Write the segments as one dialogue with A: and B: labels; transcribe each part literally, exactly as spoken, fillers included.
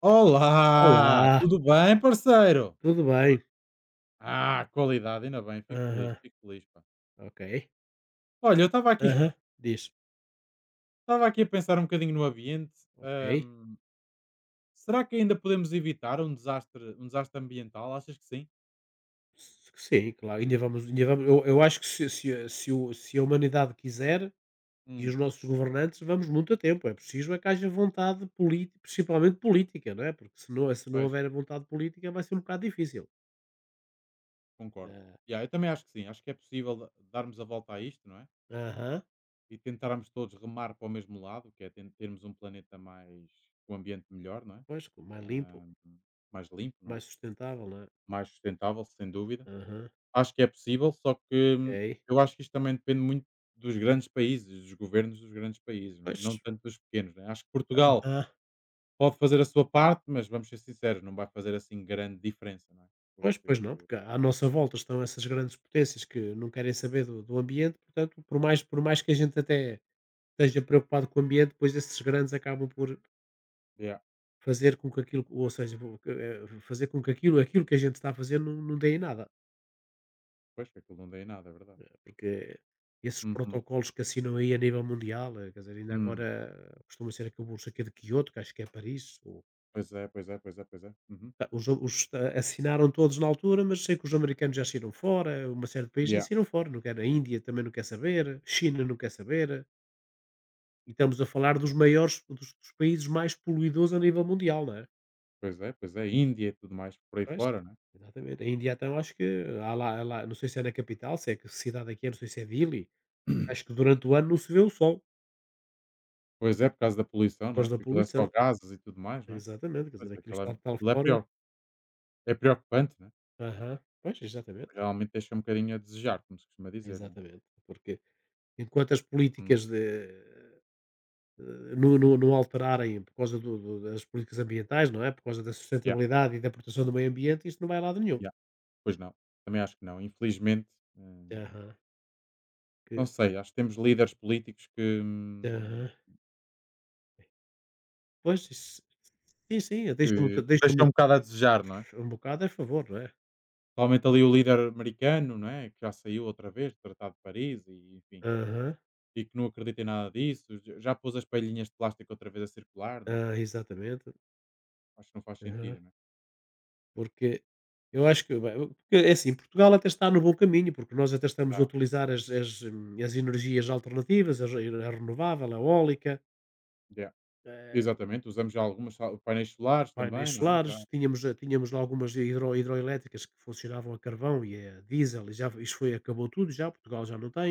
A: Olá,
B: Olá,
A: tudo bem, parceiro?
B: tudo bem?
A: Ah, qualidade, ainda bem, fico feliz,
B: Aham.
A: fico feliz, pá.
B: Ok.
A: Olha, eu estava aqui,
B: Aham. Diz.
A: estava aqui a pensar um bocadinho no ambiente.
B: Ok.
A: hum, Será que ainda podemos evitar um desastre, um desastre ambiental? Achas que sim?
B: Sim, claro, ainda vamos ainda vamos eu eu acho que se se a se o se a humanidade quiser, e os
A: Hum,
B: nossos governantes, vamos muito a tempo. É preciso é que haja vontade política, principalmente política, não é, porque se não se não
A: Pois,
B: houver vontade política vai ser um bocado difícil.
A: concordo.
B: Ah.
A: Yeah, eu também acho que sim, acho que é possível darmos a volta a isto, não é?
B: Aham.
A: E tentarmos todos remar para o mesmo lado, que é ten- termos um planeta mais, com um ambiente melhor, não é?
B: Pois, mais limpo,
A: Hum, mais limpo, não é?
B: mais sustentável, não é?
A: Mais sustentável, sem dúvida.
B: Aham.
A: Acho que é possível, só que hum,
B: Ok.
A: eu acho que isto também depende muito dos grandes países, dos governos dos grandes países, não é? Não
B: Pois.
A: tanto dos pequenos, não é? Acho que Portugal
B: Aham.
A: pode fazer a sua parte, mas vamos ser sinceros, não vai fazer assim grande diferença, não é?
B: Pois, pois
A: Porque,
B: não, porque à nossa volta estão essas grandes potências que não querem saber do, do ambiente, portanto, por mais, por mais que a gente até esteja preocupado com o ambiente, depois esses grandes acabam por
A: yeah,
B: fazer com que aquilo, ou seja, vo- que, eh, fazer com que aquilo, aquilo que a gente está a fazer não, não dê em nada,
A: pois que aquilo não dá em nada, é verdade.
B: porque esses
A: Uhum.
B: protocolos que assinam aí a nível mundial, eh, quer dizer, ainda
A: Hum.
B: agora eh, costuma ser aquele bolso aqui de Kyoto, que acho que é Paris, ou.
A: Pois é, pois é, pois é, pois é. Uhum.
B: Ah, os os eh, assinaram todos na altura, mas sei que os americanos já saíram fora, uma série de países já
A: Yeah,
B: saíram fora, não quer a Índia também não quer saber, China não quer saber, e estamos a falar dos
A: yeah.
B: maiores, dos, dos países mais poluidores a nível mundial, não é?
A: Pois é, pois é. Índia e tudo mais por aí
B: Pois?
A: fora, não é?
B: Exatamente. A Índia então acho que há lá, há lá- não sei se é na capital, se é que cidade aqui é, não sei se é Dili, acho que durante o ano não se vê o sol,
A: Pois é, por causa da poluição,
B: por
A: não é?
B: causa da
A: Porque aquilo é só
B: poluição.
A: gases e tudo mais, não é?
B: Exatamente, quer
A: Pois,
B: dizer,
A: é,
B: aquilo
A: aquilo é,
B: está de tal
A: aquilo é
B: forma.
A: preo é preocupante, né?
B: Aham, pois, exatamente,
A: Realmente deixa um bocadinho a desejar, como se costuma dizer, né?
B: exatamente. Porque enquanto as
A: Hum,
B: políticas de, eh, não, não, não alterarem por causa do, do- das políticas ambientais, não é? Por causa da
A: yeah,
B: sustentabilidade e da proteção do meio ambiente, isso não vai a lado nenhum.
A: yeah. Pois não, também acho que não. Infelizmente, hum,
B: Aham,
A: não
B: que-
A: sei, acho que temos líderes políticos que, hum,
B: aham. Pois, isso- sim, sim, deixa-me
A: que, que
B: deixa
A: deixam um bocado a desejar, não é?
B: um bocado a favor, não é?
A: Principalmente ali o líder americano, não é? Que já saiu outra vez do Tratado de Paris e enfim,
B: Aham,
A: e que não acredita em nada disso, j- já pôs as palhinhas de plástico outra vez a circular, não é?
B: ah, exatamente.
A: Acho que não faz
B: Aham.
A: sentido, não é?
B: Porque eu acho que, bem, porque, é assim, Portugal até está no bom caminho, porque nós até estamos a
A: Ah,
B: utilizar as, as, hum, as energias alternativas, a, re- a renovável, a eólica.
A: yeah. Exatamente, usamos já algumas sal- painéis solares
B: Painéis
A: também, não é?
B: solares,
A: Já
B: tínhamos, eh, tínhamos lá algumas hidro hidroelétricas que funcionavam a carvão e a diesel e já isso foi acabou tudo já, Portugal já não tem.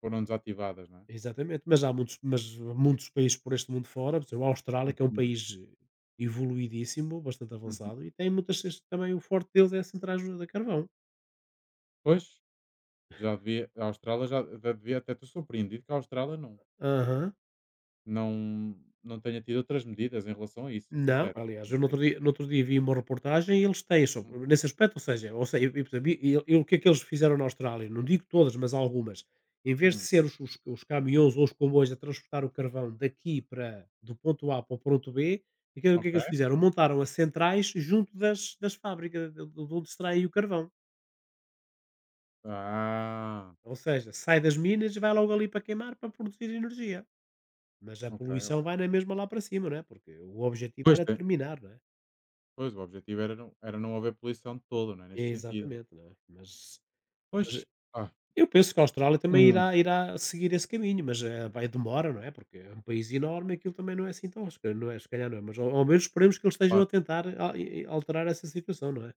A: foram desativadas, não é?
B: Exatamente, mas há muitos, mas há muitos países por este mundo fora, por exemplo, a Austrália, que é um
A: Hum,
B: país eh, evoluidíssimo, bastante
A: uhum.
B: avançado e tem muitas, também o forte deles é centrais a carvão.
A: Pois, já devia, a Austrália já, já devia, até estou surpreendido que a Austrália não,
B: Aham.
A: não, não tenha tido outras medidas em relação a isso, sou
B: Não,
A: sincero.
B: aliás, eu no
A: Pensei
B: outro dia, no
A: que-
B: outro dia vi uma reportagem e eles têm sobre,
A: Uhum.
B: nesse aspecto, ou seja, ou seja, e, e, e- e o que é que eles fizeram na Austrália? Não digo todas, mas algumas. Em
A: Hum, hum,
B: vez de
A: hum,
B: ser os, os, os caminhões ou os comboios a transportar o carvão daqui para do ponto A para o ponto B, o que, é- o que é que eles
A: ok.
B: fizeram? Montaram as centrais junto das, das fábricas de, de onde extraem o carvão.
A: Ah,
B: Ou seja, sai das minas e vai logo ali para queimar para produzir energia. Mas a
A: ok, ok.
B: poluição vai na mesma lá para cima, não é? Porque o objetivo
A: Pois
B: era
A: tem.
B: terminar, não é?
A: Pois o objetivo era não, era não haver poluição de todo, não é? Nesse sentido.
B: Exatamente, não é? Mas Mas eh,
A: Pois, ah,
B: eu penso que a Austrália também
A: hum,
B: irá irá seguir esse caminho, mas, eh, vai demora, não é, porque é um país enorme, e aquilo também não é assim tão, se calhar não é, se calhar não é mas ao ao menos esperemos que eles estejam a
A: claro.
B: tentar a e e alterar essa situação, não é?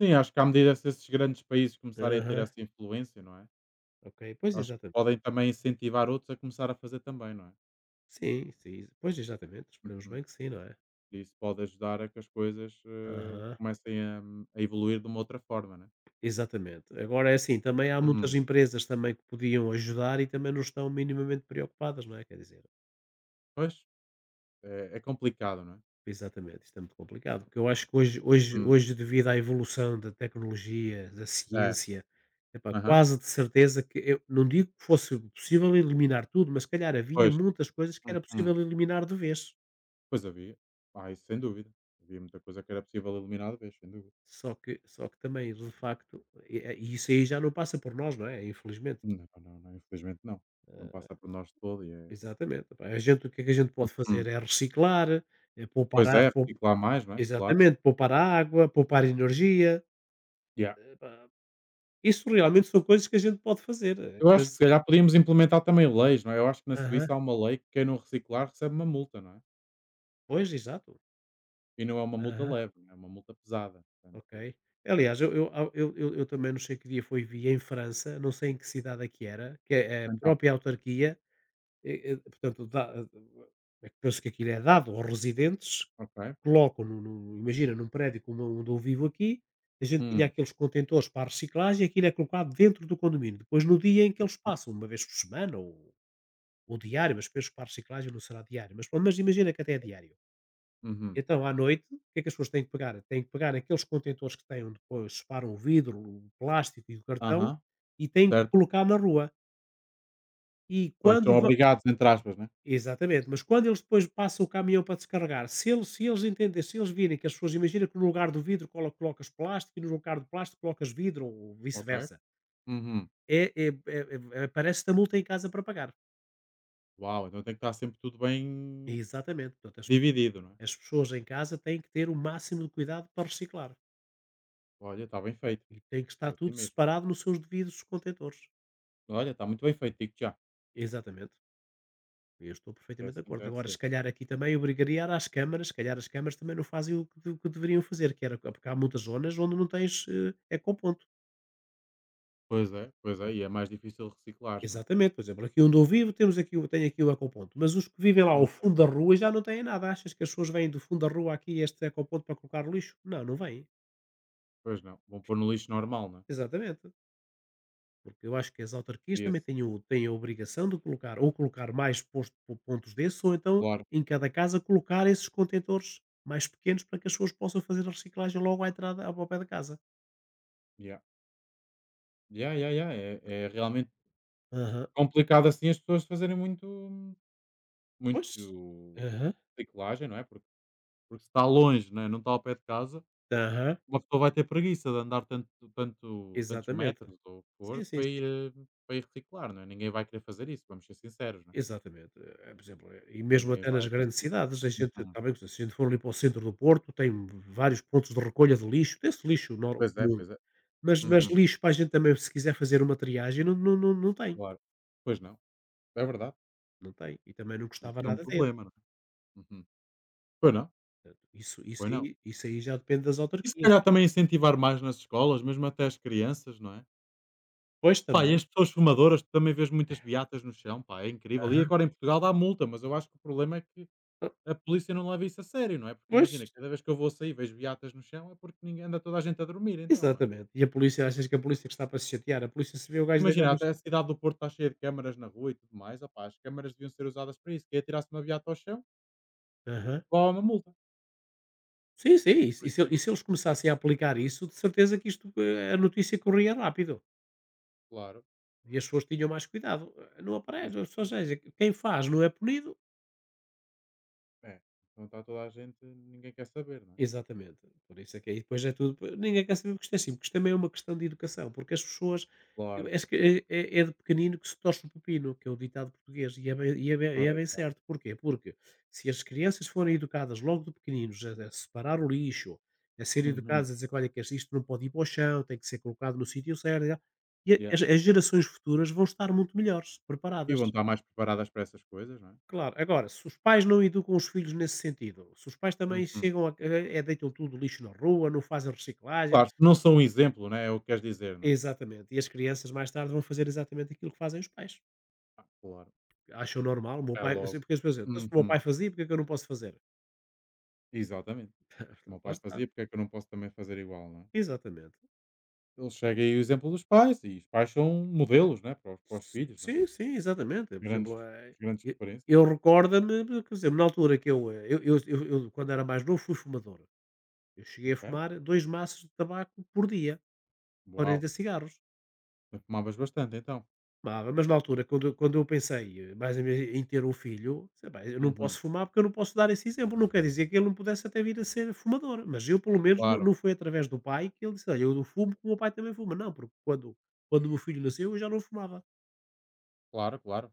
A: Sim, acho que à medida que esses grandes países começarem a ter
B: Aham,
A: essa influência, não é?
B: ok. Pois,
A: Acho que
B: exatamente.
A: podem também incentivar outros a começar a fazer também, não é?
B: Sim, sim. Pois, exatamente, esperemos
A: Uhum.
B: bem que sim, não é?
A: Isso pode ajudar a que as coisas, eh,
B: Aham,
A: comecem a a evoluir de uma outra forma, né.
B: exatamente. Agora é assim, também há muitas
A: Hum,
B: empresas também que podiam ajudar e também não estão minimamente preocupadas, não é, quer dizer.
A: pois, é é complicado, não é?
B: Exatamente, isto é muito complicado, porque eu acho que hoje hoje
A: Hum,
B: hoje devido à evolução da tecnologia, da
A: é,
B: ciência, epá,
A: aham,
B: quase de certeza que eu não digo que fosse possível eliminar tudo, mas se calhar havia
A: pois,
B: muitas coisas que era
A: uhum.
B: possível eliminar de vez.
A: Pois havia. Ah, isso sem dúvida. Havia muita coisa que era possível eliminar de vez, sem dúvida.
B: Só que só que também, de facto, e eh, e isso aí já não passa por nós, não é, infelizmente.
A: Não, não, não, infelizmente não. Não passa por nós de todo e
B: Ah,
A: é
B: exatamente, epá, a gente o que é que a gente pode fazer
A: hum,
B: é reciclar, é poupar
A: pois
B: a
A: é,
B: pou
A: reciclar mais, não é, claro.
B: exatamente, poupar a água, poupar energia,
A: Yeah.
B: epá. Isso realmente são coisas que a gente pode fazer, eh,
A: Eu acho que
B: mas
A: se calhar podíamos implementar também leis, não é? Eu acho que na
B: aham,
A: Suíça há uma lei que quem não reciclar recebe uma multa, não é?
B: pois, exato.
A: E não é uma multa
B: Aham,
A: leve, não é uma multa pesada,
B: ok.
A: portanto.
B: Aliás, eu eu ao eu eu eu também não sei que dia foi, vi em França, não sei em que cidade é que era, que é é a própria autarquia, eh eh, portanto, dá eh, penso que aquilo é dado aos residentes,
A: Ok.
B: colocam no no imagina num prédio como onde eu vivo aqui, a gente tinha
A: Hum.
B: aqueles contentores para a reciclagem, aquilo é colocado dentro do condomínio. Depois no dia em que eles passam, uma vez por semana ou ou diário, mas penso que para a reciclagem não será diário, mas pronto, mas imagina que até é diário.
A: Uhum.
B: Então, à noite, o que é que as pessoas têm que pegar? Têm que pegar aqueles contentores que têm, onde depois separam o vidro, o plástico e o cartão,
A: Aham.
B: e têm que
A: Certo.
B: colocar na rua. E
A: Pois
B: quando
A: são
B: vão.
A: obrigados, entre aspas, né?
B: Exatamente. Mas quando eles depois passam o caminhão para descarregar, se eles, se eles entendem, se eles virem que as pessoas, imagina que no lugar do vidro colo- colocas plástico e no lugar do plástico colocas vidro ou
A: Ok.
B: vice-versa,
A: Uhum.
B: é, é, é, é, parece-te a multa em casa para pagar.
A: Uau, então tem que estar sempre tudo bem
B: Exatamente. Portanto, as,
A: dividido, não é?
B: as pessoas em casa têm que ter o máximo de cuidado para reciclar.
A: Olha, está bem feito.
B: E tem que
A: É
B: estar
A: assim
B: tudo
A: mesmo.
B: separado nos seus devidos contentores.
A: Olha, está muito bem feito, digo já.
B: Exatamente. Eu estou
A: É
B: perfeitamente de
A: assim que
B: acordo.
A: deve
B: Agora, se
A: ser.
B: calhar aqui também obrigaria às câmaras, se calhar as câmaras também não fazem o que, de- o que deveriam fazer, que era, porque há muitas zonas onde não tens eh, ecoponto.
A: Pois é, pois é, e é mais difícil reciclar, não é?
B: Exatamente, por exemplo, aqui onde eu vivo temos aqui, o- tem aqui o ecoponto, mas os que vivem lá ao
A: Hum,
B: fundo da rua já não têm nada. Achas que as pessoas vêm do fundo da rua aqui a este ecoponto para colocar lixo? Não, não vêm.
A: Pois não. Vão pôr no lixo normal, não é?
B: Exatamente. Porque eu acho que as autarquias também
A: Devia-se.
B: têm o têm a obrigação de colocar, ou colocar mais posto po pontos desses, ou então e
A: Claro.
B: em cada casa colocar esses contentores mais pequenos para que as pessoas possam fazer a reciclagem logo à entrada, ao pé da casa.
A: Yeah. Yeah, yeah, yeah. É, é realmente
B: Aham.
A: complicado assim as pessoas fazerem muito,
B: Pois.
A: muito
B: Aham.
A: reciclagem, não é? Porque, porque se está longe, não é? Não está ao pé de casa,
B: Aham.
A: uma pessoa vai ter preguiça de andar tanto, tanto, tantos
B: Exatamente.
A: metros ou o que
B: Sim,
A: for
B: sim,
A: para
B: sim.
A: ir, eh, para ir reciclar, não é? Ninguém vai querer fazer isso, vamos ser sinceros, não é?
B: Exatamente. Eh, por exemplo, eh, e mesmo
A: Ninguém
B: até nas
A: vai
B: grandes
A: fazer isso.
B: cidades, a gente
A: Uhum.
B: está bem que se a gente for ali para o centro do Porto, tem vários pontos de recolha de lixo, desse lixo nor
A: Pois é,
B: comum.
A: pois é.
B: Mas
A: Uhum,
B: mas lixo para a gente também, se quiser fazer uma triagem, não não não não tem.
A: claro. Pois não, é verdade.
B: Não tem. E também não
A: Isso
B: gostava
A: é um
B: nada dele.
A: problema, não é? Uhum. Pois não,
B: Isso isso
A: pois não.
B: aí isso aí já depende das
A: E se
B: autarquias,
A: calhar
B: né.
A: também incentivar mais nas escolas, mesmo até as crianças, não é?
B: Pois,
A: Pá, e
B: também.
A: as pessoas fumadoras, tu também vês muitas beatas no chão, pá, é incrível. E
B: Aham.
A: agora em Portugal dá multa, mas eu acho que o problema é que
B: Ah,
A: a polícia não leva isso a sério, não é? Porque
B: pois,
A: imagina, cada vez que eu vou sair vejo viatas no chão é porque ninguém, anda toda a gente a dormir, então, não é?
B: exatamente. E a polícia, achas que a polícia que está para se chatear? A polícia, se vê o gajo deitar
A: Imagina,
B: no
A: até a
B: chão.
A: cidade do Porto está cheia de câmaras na rua e tudo mais, opá, as câmaras deviam ser usadas para isso. Quem atirasse uma viata ao chão,
B: Aham.
A: levava uma multa,
B: Sim, sim. E se
A: por
B: e se e
A: exemplo.
B: se eles começassem a aplicar isso, de certeza que isto, eh, a notícia corria rápido.
A: Claro,
B: E as pessoas tinham mais cuidado. Eh, não aparece. Ou
A: exatamente.
B: seja, quem faz não é punido.
A: É, então está toda a gente, ninguém quer saber, não é?
B: Exatamente. Por isso é que aí depois é tudo. Ninguém quer saber. O que isto é simples, porque isto também é uma questão de educação, porque as pessoas. Eu
A: Claro,
B: acho que é, é- é de pequenino que se torce o pepino, que é o ditado português, e é bem, e é bem, e é
A: ora
B: bem
A: está.
B: certo. Porquê? Porque se as crianças forem educadas logo de pequeninos, a, a separar o lixo, a ser
A: Uhum.
B: educadas a dizer que olha, que isto não pode ir para o chão, tem que ser colocado no sítio certo, e tal, e
A: Yeah.
B: as, as gerações futuras vão estar muito melhores,
A: E
B: preparadas.
A: vão estar mais preparadas para essas coisas, não é?
B: Claro, agora, se os pais não educam os filhos nesse sentido, se os pais também
A: Uhum.
B: chegam a, eh, deitam tudo lixo na rua, não fazem reciclagem,
A: Claro, se não são um exemplo, não é? É o que queres dizer, não é?
B: exatamente, e as crianças mais tarde vão fazer exatamente aquilo que fazem os pais.
A: Ah, claro,
B: Acham normal, o meu
A: é
B: pai, eu sei
A: logo.
B: porque as pessoas dizem: "Então, se o meu pai
A: Uhum.
B: fazia, porque é que eu não posso fazer?"
A: Exatamente. O meu
B: Portanto, lá
A: pai
B: está,
A: fazia, porque é que eu não posso também fazer igual, não é?
B: exatamente.
A: Ele chega aí o exemplo dos pais e os pais são modelos, né, para os, para os filhos, né?
B: Sim, sim, exatamente. Por exemplo,
A: Grandes,
B: eh,
A: grandes
B: eu,
A: referências.
B: eu recordo-me, de- por exemplo, na altura que eu, eh, eu, eu, eu- eu, quando era mais novo, fui fumador. Eu cheguei a
A: Ok?
B: fumar dois maços de tabaco por dia,
A: Uau!
B: quarenta cigarros.
A: Tu fumavas bastante então?
B: Fumava, mas na altura quando eu quando eu pensei, eh, mais em ve em ter um filho, sei bem, eu não
A: Uhum.
B: posso fumar, porque eu não posso dar esse exemplo, não quer dizer que ele não pudesse até vir a ser fumador, mas eu pelo menos não
A: Claro,
B: não foi através do pai que ele disse: "Olha, eu não fumo porque o meu pai também fuma", não, porque quando quando o meu filho nasceu eu já não fumava.
A: claro, claro.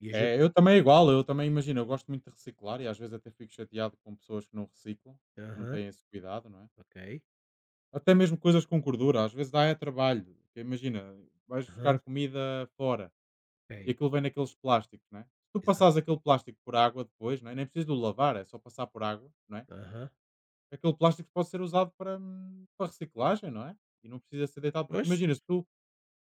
B: E a gente
A: É, eu também é igual, eu também imagino, eu gosto muito de reciclar e às vezes até fico chateado com pessoas que não reciclam, que não
B: aham,
A: têm esse cuidado, não é?
B: ok,
A: Até mesmo coisas com gordura, às vezes dá é trabalho, porque imagina, vais
B: aham,
A: buscar comida fora. E
B: ok,
A: aquilo vem naqueles plásticos, não é? Se tu passares
B: exato,
A: aquele plástico por água depois, não é? Nem precisas de o lavar, é só passar por água, não é?
B: aham,
A: Aquele plástico pode ser usado para, hum, para reciclagem, não é? E não precisa ser deitado, porque
B: pois,
A: imagina, se tu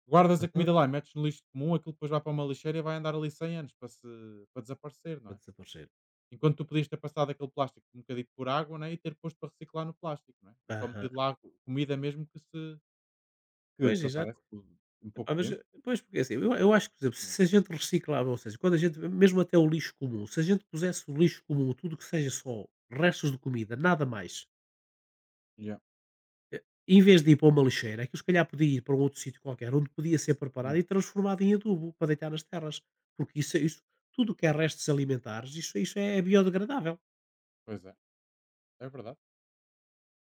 A: guardas a
B: aham,
A: comida lá e metes no lixo comum, aquilo depois vai para uma lixeira e vai andar ali cem anos para, se, para desaparecer, não
B: para
A: é?
B: desaparecer.
A: Enquanto tu podias ter passado aquele plástico um bocadinho por água, né, e ter posto para reciclar no plástico, não é? E só
B: Aham,
A: metido lá co- comida mesmo que se que
B: pois exato.
A: desaparece por- em
B: Epá,
A: pouco
B: mas,
A: tempo.
B: eh, pois, porque é assim, eu eu acho que, por exemplo,
A: Hum.
B: se a gente reciclava, ou seja, quando a gente, mesmo até o lixo comum, se a gente pusesse o lixo comum, tudo que seja só restos de comida, nada mais,
A: Yeah.
B: eh, em vez de ir para uma lixeira, aquilo se calhar podia ir para um outro sítio qualquer, onde podia ser preparado e
A: Hum.
B: transformado em adubo para deitar nas terras. Porque isso, é, isso tudo que é restos alimentares, isso, isso é biodegradável.
A: Pois é, é verdade.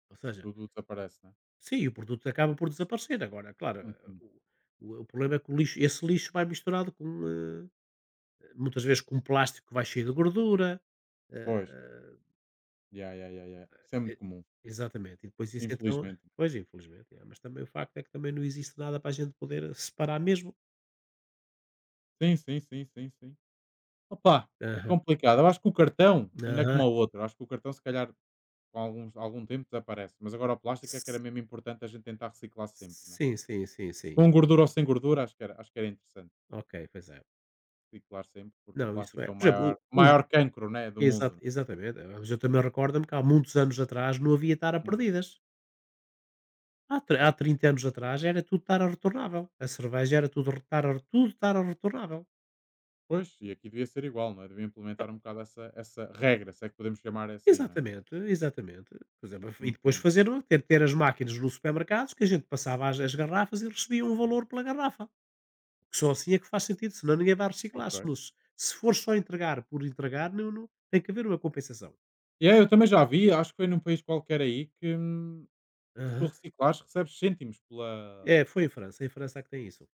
B: Ou seja,
A: Tudo desaparece, não
B: sim, o produto acaba por desaparecer. Agora, claro,
A: é?
B: eh, o, o- o problema é que o lixo, esse lixo vai misturado com, eh, muitas vezes com plástico que vai cheio de gordura. Ah,
A: Pois.
B: ah,
A: Ya, ya, ya, ya. Isso é muito
B: e
A: comum,
B: exatamente. E depois isso então
A: infelizmente.
B: pois, infelizmente, é. Mas também o facto é que também não existe nada para a gente poder eh, separar mesmo.
A: Sim, sim, sim, sim, sim. Opa, é
B: Aham.
A: complicado. Eu acho que o cartão, ainda é
B: Aham.
A: como o outro, eu acho que o cartão se calhar com alguns, algum tempo desaparece, mas agora o plástico é que era
B: S
A: mesmo importante a gente tentar reciclar sempre, né?
B: sim, sim, sim, sim.
A: Com gordura ou sem gordura, acho que era, acho que era interessante
B: Ok, pois é.
A: reciclar sempre, porque o
B: Não, isso
A: plástico
B: é.
A: é o
B: Por
A: maior,
B: exemplo,
A: o
B: o
A: maior
B: o
A: cancro, né, do
B: exa
A: mundo, né?
B: exatamente. eh, Mas eu também recordo-me que há muitos anos atrás não havia tara
A: Uhum,
B: perdidas. Há tre há
A: pois.
B: trinta anos atrás era tudo tara retornável. A cerveja era tudo re tara tudo tara retornável.
A: Pois, e aqui devia ser igual, não é? Devia implementar um bocado essa, essa regra, se é que podemos chamar assim, não é?
B: Exatamente, exatamente. Por exemplo, e depois
A: Uhum,
B: fazer ter, ter as máquinas nos supermercados que a gente passava as, as garrafas e recebia um valor pela garrafa. Só assim é que faz sentido, senão ninguém vai reciclar. Se,
A: ok.
B: não se se for só entregar por entregar, não, não- tem que haver uma compensação.
A: Yeah, eu também já vi, acho que foi num país qualquer aí que hum, se tu
B: Aham.
A: reciclares recebes cêntimos pela.
B: É, foi em França, em França é que tem isso.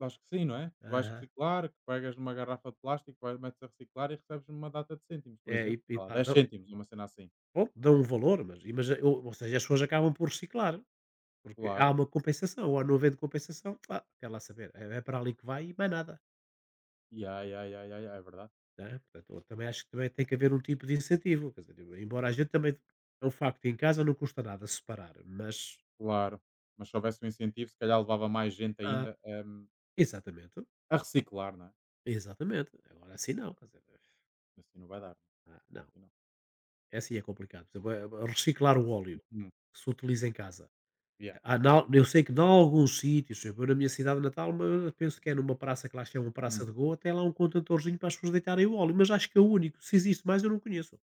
A: Acho que sim, não é? Tu vais
B: Aham.
A: reciclar, que pegas numa garrafa de plástico, vais, metes a reciclar e recebes uma data de cêntimos, por
B: É,
A: exemplo.
B: e, e
A: Sei lá,
B: pá,
A: dez
B: dão,
A: cêntimos, uma cena assim.
B: bom, dão um valor, mas, e- mas ou, ou seja, as pessoas acabam por reciclar, porque há
A: Claro.
B: uma compensação, ou há não havendo compensação, pá, quer lá saber, é, é para ali que vai e mais nada.
A: Yeah, yeah, yeah, yeah, yeah, é verdade.
B: Não é? Portanto, eu também acho que também tem que haver um tipo de incentivo, quer dizer, embora a gente também é um facto, em casa não custa nada separar, mas
A: Claro. Mas se houvesse um incentivo, se calhar levava mais gente
B: ah,
A: ainda hum,
B: exatamente,
A: a reciclar, não é?
B: exatamente. Agora assim não, quer dizer,
A: Assim não vai dar, né?
B: ah, não,
A: Assim não.
B: é assim é complicado. Por exemplo, eh, reciclar o óleo
A: Hum,
B: que se utiliza em casa.
A: yeah.
B: Ah, na- eu sei que em alguns sítios, eu vou na minha cidade natal, mas penso que é numa praça que lá chama um Praça
A: Hum.
B: de Goa, tem lá um contentorzinho para as pessoas deitarem o óleo, mas acho que é o único. Se existe mais, eu não conheço.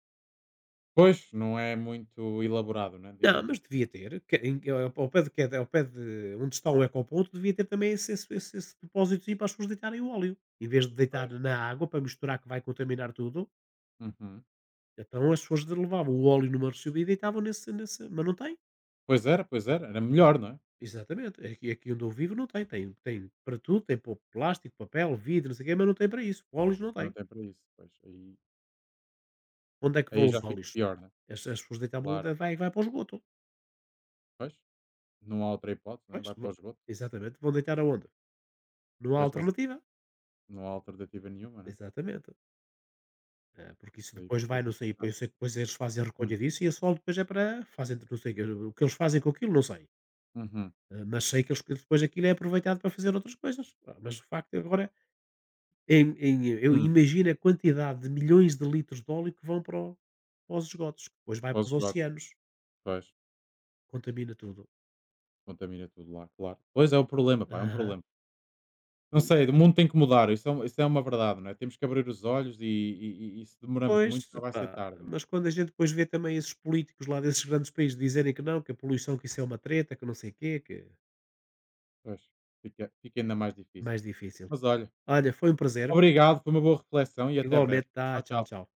A: Pois, não é muito elaborado, né,
B: Não,
A: digamos
B: mas
A: assim.
B: devia ter, que em ao ao pé de que ao pé de onde está o ecoponto devia ter também esse esse esse esse depósitozinho para as pessoas deitarem o óleo. Em vez de deitar
A: Pois.
B: na água para misturar que vai contaminar tudo,
A: Uhum.
B: então as pessoas de levavam o óleo numa recibida e deitavam nesse nesse mas não tem.
A: Pois era, pois era. Era melhor, não é?
B: Exatamente, aqui aqui onde eu vivo não tem, tem tem para tudo, tem para o plástico, papel, vidro, não sei o quê, mas não tem para isso, óleos não tem.
A: Não tem para isso, pois. Aí
B: Onde é que vão
A: aí
B: os
A: já fica
B: óleos?
A: pior, né?
B: As as pessoas deitavam
A: Claro.
B: vai vai para o esgoto.
A: Pois, não há outra hipótese, né?
B: Pois,
A: Vai para
B: va
A: o esgoto.
B: exatamente, vão deitar aonde? Não há
A: Tens razão.
B: alternativa.
A: Não há alternativa nenhuma, né?
B: Exatamente. Eh, porque isso
A: Aí
B: depois
A: fica
B: vai, não sei,
A: complicado.
B: depois, depois eles fazem a recolha
A: Hum.
B: disso e a sol depois é para fazem, não sei, o que eles fazem com aquilo, não sei.
A: Uhum.
B: Eh, Mas sei que eles, que depois aquilo é aproveitado para fazer outras coisas. Ah, mas o facto é agora, em, em- eu
A: Hum.
B: imagino a quantidade de milhões de litros de óleo que vão para, o- para os esgotos, que depois vai
A: Para
B: para
A: os
B: os
A: esgotos.
B: oceanos,
A: Pois,
B: contamina tudo.
A: contamina tudo lá, claro. Pois é o problema, pá, é um
B: Aham.
A: problema. Não sei, o mundo tem que mudar, isso é, um- isso é uma verdade, não é? Temos que abrir os olhos e, e- e- e se demoramos
B: Pois,
A: muito já vai ser
B: epá,
A: tarde, não é?
B: mas quando a gente depois vê também esses políticos lá desses grandes países dizerem que não, que a poluição, que isso é uma treta, que não sei o quê, que é
A: Pois, fica, fica ainda mais difícil.
B: mais difícil.
A: Mas olha,
B: Olha, foi um prazer.
A: obrigado, foi uma boa reflexão e até breve.
B: Igualmente, tá?
A: Tchau,
B: Tchau,
A: tchau.
B: tchau.